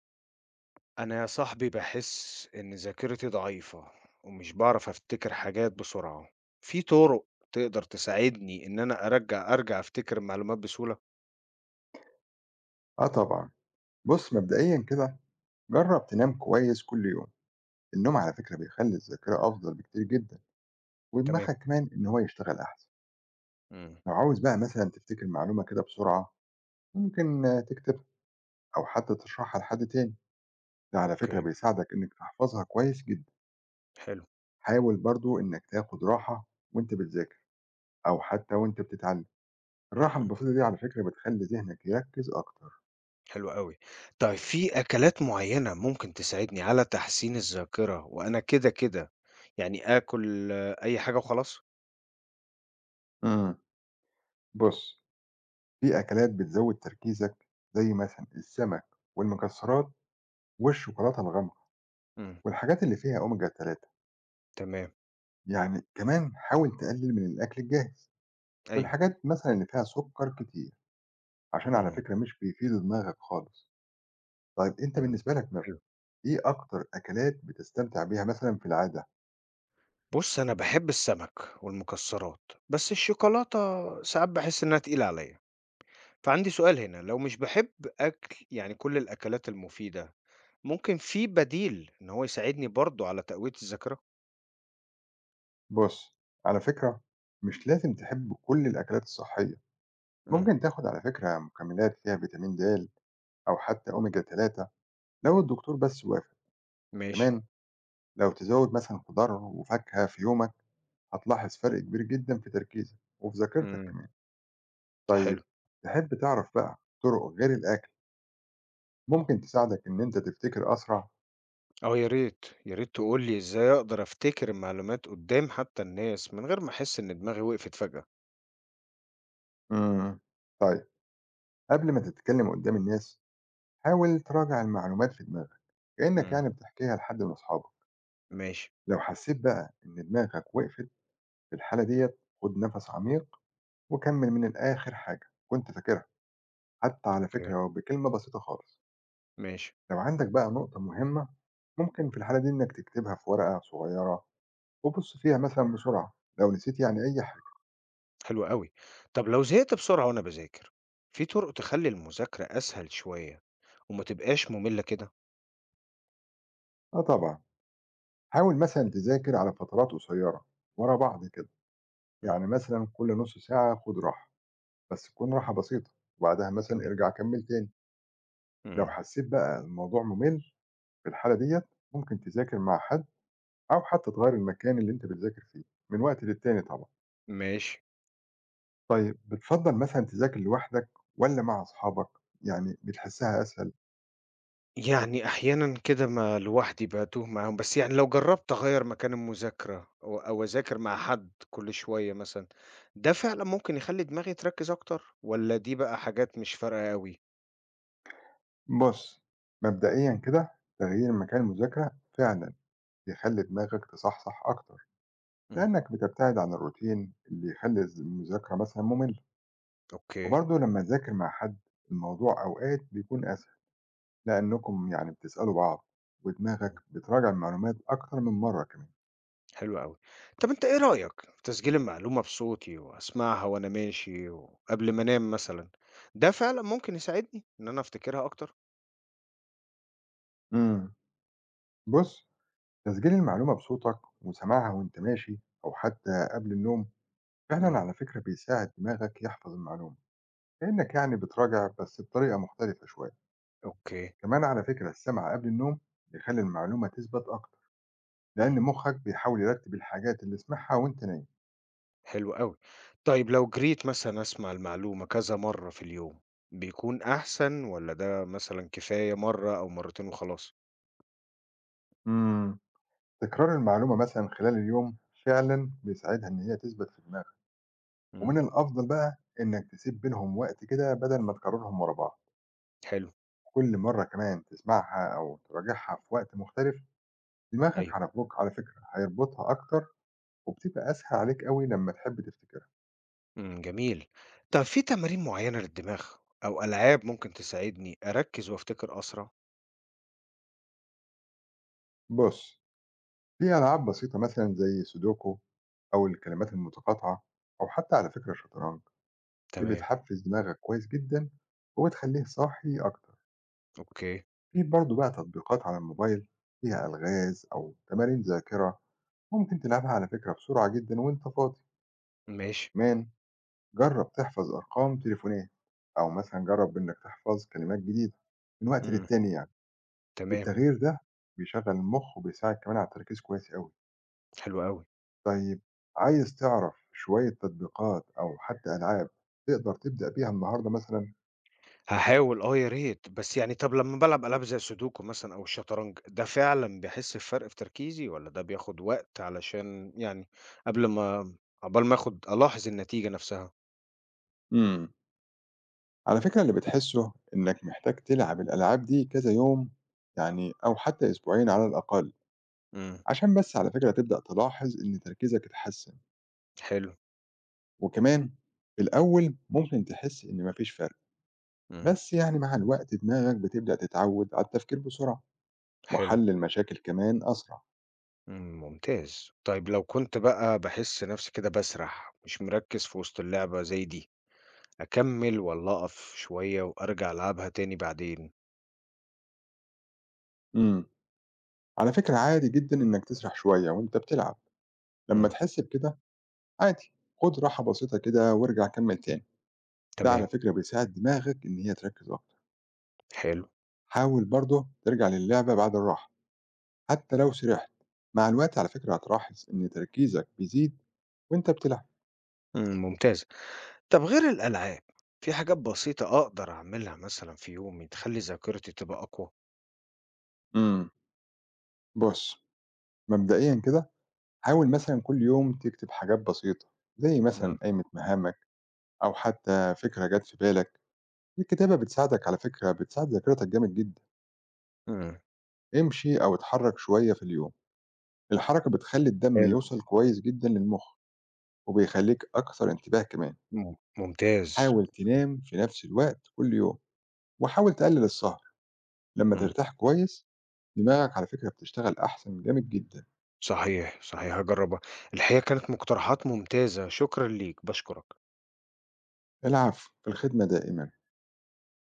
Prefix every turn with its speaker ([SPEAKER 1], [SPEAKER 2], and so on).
[SPEAKER 1] أنا يا صاحبي باحس إن ذاكرتي ضعيفة ومش باعرف أفتكر حاجات بسرعة، في طرق تقدر تساعدني إن أنا أرجع أفتكر المعلومات بسهولة؟
[SPEAKER 2] آه طبعًا، بُص مبدئيًا كده جرّب تنام كويس كل يوم، النوم على فكرة بيخلّي الذاكرة أفضل بكتير جدًا،
[SPEAKER 1] تمام،
[SPEAKER 2] ودماغك كمان إن هو يشتغل أحسن.
[SPEAKER 1] إمم.
[SPEAKER 2] لو عاوز بقى مثلًا تفتكر معلومة كده بسرعة ممكن تكتبها أو حتى تشرحها لحد تاني، ده على فكرة
[SPEAKER 1] أوكي،
[SPEAKER 2] بيساعدك إنك تحفظها كويس جدًا.
[SPEAKER 1] حلو،
[SPEAKER 2] حاول برضه إنك تاخد راحة وأنت بتذاكر أو حتى وأنت بتتعلم، الراحة
[SPEAKER 1] إمم.
[SPEAKER 2] البسيطة دي على فكرة بتخلّي ذهنك يركّز أكتر.
[SPEAKER 1] حلو أوي. طيب في أكلات معينة ممكن تساعدني على تحسين الذاكرة وأنا كده يعني آكل أي حاجة وخلاص؟
[SPEAKER 2] إمم، بُص، في أكلات بتزوّد تركيزك زي مثلًا السمك والمكسرات والشوكولاتة الغامقة
[SPEAKER 1] إمم.
[SPEAKER 2] والحاجات اللي فيها أوميجا 3.
[SPEAKER 1] تمام،
[SPEAKER 2] يعني كمان حاول تقلل من الأكل الجاهز
[SPEAKER 1] أيوه.
[SPEAKER 2] والحاجات مثلا اللي فيها سكر كتير، عشان على
[SPEAKER 1] إمم،
[SPEAKER 2] فكرة مش بيفيد دماغك خالص. طيب أنت
[SPEAKER 1] إمم.
[SPEAKER 2] بالنسبة لك
[SPEAKER 1] حلو.
[SPEAKER 2] إيه أكتر أكلات بتستمتع بيها مثلا في العادة؟
[SPEAKER 1] بُص، أنا باحب السمك والمكسرات، بس الشوكولاتة ساعات باحس إنها تقيلة عليَّ. فعندي سؤال هنا، لو مش باحب أكل يعني كل الأكلات المفيدة، ممكن في بديل إن هو يساعدني برضه على تقوية الذاكرة؟
[SPEAKER 2] بص، على فكرة مش لازم تحب كل الأكلات الصحية،
[SPEAKER 1] إمم،
[SPEAKER 2] ممكن تاخد على فكرة مكملات فيها فيتامين د أو حتى أوميجا 3 لو الدكتور بس وافق.
[SPEAKER 1] ماشي،
[SPEAKER 2] كمان لو تزود مثلا خضار وفاكهة في يومك هتلاحظ فرق كبير جدًا في تركيزك وفي ذاكرتك
[SPEAKER 1] إمم،
[SPEAKER 2] كمان. طيب
[SPEAKER 1] حلو.
[SPEAKER 2] تحب تعرف بقى طرق غير الأكل ممكن تساعدك إن أنت تفتكر أسرع؟
[SPEAKER 1] آه، يا ريت، تقول لي إزاي أقدر أفتكر المعلومات قدّام حتى الناس من غير ما أحس إن دماغي وقفت فجأة.
[SPEAKER 2] إمم. طيب قبل ما تتكلم قدّام الناس، حاول تراجع المعلومات في دماغك كأنك
[SPEAKER 1] إمم،
[SPEAKER 2] يعني بتحكيها لحد من أصحابك.
[SPEAKER 1] ماشي،
[SPEAKER 2] لو حسيت بقى إن دماغك وقفت في الحالة ديّة، خُد نَفَس عميق وكمّل من الآخر حاجة كنت فاكرها، حتى على فكرة
[SPEAKER 1] أوكي،
[SPEAKER 2] لو بكلمة بسيطة خالص.
[SPEAKER 1] ماشي.
[SPEAKER 2] لو عندك بقى نقطة مهمة، ممكن في الحالة دي إنك تكتبها في ورقة صغيرة وبُص فيها مثلًا بسرعة لو نسيت يعني أي حاجة.
[SPEAKER 1] حلو أوي. طب لو زهقت بسرعة وأنا باذاكر، في طرق تخلّي المذاكرة أسهل شوية وما تبقاش مملة كده؟
[SPEAKER 2] آه طبعًا، حاول مثلًا تذاكر على فترات قصيّرة ورا بعض كده،
[SPEAKER 1] إمم،
[SPEAKER 2] يعني مثلًا كل نُص ساعة خُد راحة، بس تكون راحة بسيطة، وبعدها مثلًا
[SPEAKER 1] تمام،
[SPEAKER 2] ارجع كمّل تاني. لو
[SPEAKER 1] إمم،
[SPEAKER 2] حسّيت بقى الموضوع مُمِل في الحالة ديّة ممكن تذاكر مع حد أو حتى تغيّر المكان اللي أنت بتذاكر فيه من وقت للتاني طبعًا.
[SPEAKER 1] ماشي.
[SPEAKER 2] طيب بتفضّل مثلًا تذاكر لوحدك والّا مع أصحابك؟ يعني بتحسّها أسهل؟
[SPEAKER 1] يعني أحيانًا كده ما لوحدي باتوه معاهم، بس يعني لو جرّبت أغيّر مكان المذاكرة أو أذاكر مع حد كل شوية مثلًا، ده فعلًا ممكن يخلّي دماغي تركّز أكتر والّا دي بقى حاجات مش فارقة أوي؟
[SPEAKER 2] بُص، مبدئيًا كده تغيير مكان المذاكرة فعلًا بيخلّي دماغك تصحصح أكتر،
[SPEAKER 1] إمم.
[SPEAKER 2] لإنك بتبتعد عن الروتين اللي يخلّي المذاكرة مثلًا مملة.
[SPEAKER 1] أوكي.
[SPEAKER 2] وبرضه لمّا تذاكر مع حد الموضوع أوقات بيكون أسهل، لإنكم يعني بتسألوا بعض، ودماغك بتراجع المعلومات أكتر من مرّة كمان.
[SPEAKER 1] حلو أوي. طب أنت إيه رأيك في تسجيل المعلومة بصوتي وأسمعها وأنا ماشي وقبل ما أنام مثلًا، ده فعلًا ممكن يساعدني إن أنا أفتكرها أكتر؟
[SPEAKER 2] إمم، بُص، تسجيل المعلومة بصوتك وسماعها وأنت ماشي أو حتى قبل النوم، فعلًا
[SPEAKER 1] إمم.
[SPEAKER 2] على فكرة بيساعد دماغك يحفظ المعلومة، كإنك يعني بتراجع بس بطريقة مختلفة شوية.
[SPEAKER 1] أوكي،
[SPEAKER 2] كمان على فكرة السمع قبل النوم بيخلّي المعلومة تثبت أكتر،
[SPEAKER 1] إمم،
[SPEAKER 2] لأن مخك بيحاول يرتب الحاجات اللي سمعها وأنت نايم.
[SPEAKER 1] حلو أوي. طيب لو جريت مثلًا أسمع المعلومة كذا مرّة في اليوم، بيكون أحسن والّا ده مثلًا كفاية مرّة أو مرّتين وخلاص؟
[SPEAKER 2] إمم، تكرار المعلومة مثلًا خلال اليوم فعلًا بيساعدها إن هي تثبت في دماغك.
[SPEAKER 1] إمم.
[SPEAKER 2] ومن الأفضل بقى إنك تسيب بينهم وقت كده بدل ما تكررهم ورا بعض.
[SPEAKER 1] حلو،
[SPEAKER 2] كل مرة كمان تسمعها أو تراجعها في وقت مختلف
[SPEAKER 1] أيوه،
[SPEAKER 2] دماغك على فكرة هيربطها أكتر، وبتبقى أسهل عليك أوي لمّا تحب تفتكرها.
[SPEAKER 1] إمم، جميل. طب في تمارين معيّنة للدماغ أو ألعاب ممكن تساعدني أركّز وأفتكر أسرع؟
[SPEAKER 2] بُص، في ألعاب بسيطة مثلًا زي سودوكو أو الكلمات المتقاطعة أو حتى على فكرة الشطرنج. دي
[SPEAKER 1] تمام،
[SPEAKER 2] بتحفز دماغك كويس جدًا وبتخلّيه صاحي أكتر.
[SPEAKER 1] أوكي،
[SPEAKER 2] في برضه بقى تطبيقات على الموبايل فيها ألغاز أو تمارين ذاكرة، ممكن تلعبها على فكرة بسرعة جدًا وأنت فاضي.
[SPEAKER 1] ماشي.
[SPEAKER 2] كمان جرّب تحفظ أرقام تليفونات أو مثلًا جرّب إنّك تحفظ كلمات جديدة من وقت
[SPEAKER 1] إمم.
[SPEAKER 2] للتاني يعني.
[SPEAKER 1] تمام،
[SPEAKER 2] التغيير ده بيشغّل المُخ وبيساعد كمان على التركيز كويس أوي.
[SPEAKER 1] حلو أوي.
[SPEAKER 2] طيب عايز تعرف شوية تطبيقات أو حتى ألعاب تقدر تبدأ بيها النهارده مثلًا؟
[SPEAKER 1] هاحاول آه يا ريت، بس يعني طَب لمّا بالعب ألعاب زي السودوكو مثلًا أو الشطرنج، ده فعلًا باحس بفرق في تركيزي والّا ده بياخد وقت علشان يعني قبل ما عقبال ما آخُد ألاحظ النتيجة نَفْسها؟
[SPEAKER 2] إمم. على فكرة اللي بتحسه إنك محتاج تلعب الألعاب دي كذا يوم يعني أو حتى أسبوعين على الأقل،
[SPEAKER 1] إمم،
[SPEAKER 2] عشان بس على فكرة تبدأ تلاحظ إن تركيزك اتحسن.
[SPEAKER 1] حلو،
[SPEAKER 2] وكمان في الأول ممكن تحس إن مفيش فرق،
[SPEAKER 1] إمم،
[SPEAKER 2] بس يعني مع الوقت دماغك بتبدأ تتعود على التفكير بسرعة
[SPEAKER 1] حلو،
[SPEAKER 2] وحل المشاكل كمان أسرع.
[SPEAKER 1] إمم، ممتاز. طيب لو كنت بقى باحس نَفْسي كده باسرح، مش مركِّز في وسط اللعبة زي دي، أكمّل والّا أقف شوية وأرجع ألعبها تاني بعدين؟
[SPEAKER 2] امم على فكرة عادي جدا إنك تسرح شوية وإنت بتلعب. لما
[SPEAKER 1] إمم،
[SPEAKER 2] تحس بكده عادي، خد راحة بسيطة كده وارجع كمل تاني. ده
[SPEAKER 1] تمام،
[SPEAKER 2] على فكرة بيساعد دماغك إن هي تركز أكتر.
[SPEAKER 1] حلو،
[SPEAKER 2] حاول برضه ترجع للعبة بعد الراحة حتى لو سرحت، مع الوقت على فكرة هتلاحظ إن تركيزك بيزيد وإنت بتلعب.
[SPEAKER 1] إمم، ممتاز. طب غير الألعاب، في حاجات بسيطة أقدر أعملها مثلًا في يومي تخلّي ذاكرتي تبقى أقوى؟
[SPEAKER 2] امم بص، مبدئيا كده حاول مثلا كل يوم تكتب حاجات بسيطة زي
[SPEAKER 1] إمم،
[SPEAKER 2] مثلا قائمة مهامك أو حتى فكرة جت في بالك. الكتابة بتساعدك، على فكرة بتساعد ذاكرتك جامد جدا.
[SPEAKER 1] إمم،
[SPEAKER 2] امشي أو اتحرك شوية في اليوم، الحركة بتخلي الدم
[SPEAKER 1] حلو.
[SPEAKER 2] يوصل كويس جدا للمخ وبيخليك أكثر انتباه كمان.
[SPEAKER 1] مم ممتاز،
[SPEAKER 2] حاول تنام في نفس الوقت كل يوم وحاول تقلل السهر، لمّا
[SPEAKER 1] إمم.
[SPEAKER 2] ترتاح كويس، دماغك على فكرة بتشتغل أحسن جامد جدًا.
[SPEAKER 1] صحيح، صحيح هاجرّبها. الحقيقة كانت مقترحات ممتازة، شكرًا ليك، باشكرك.
[SPEAKER 2] العفو، في الخدمة دائمًا.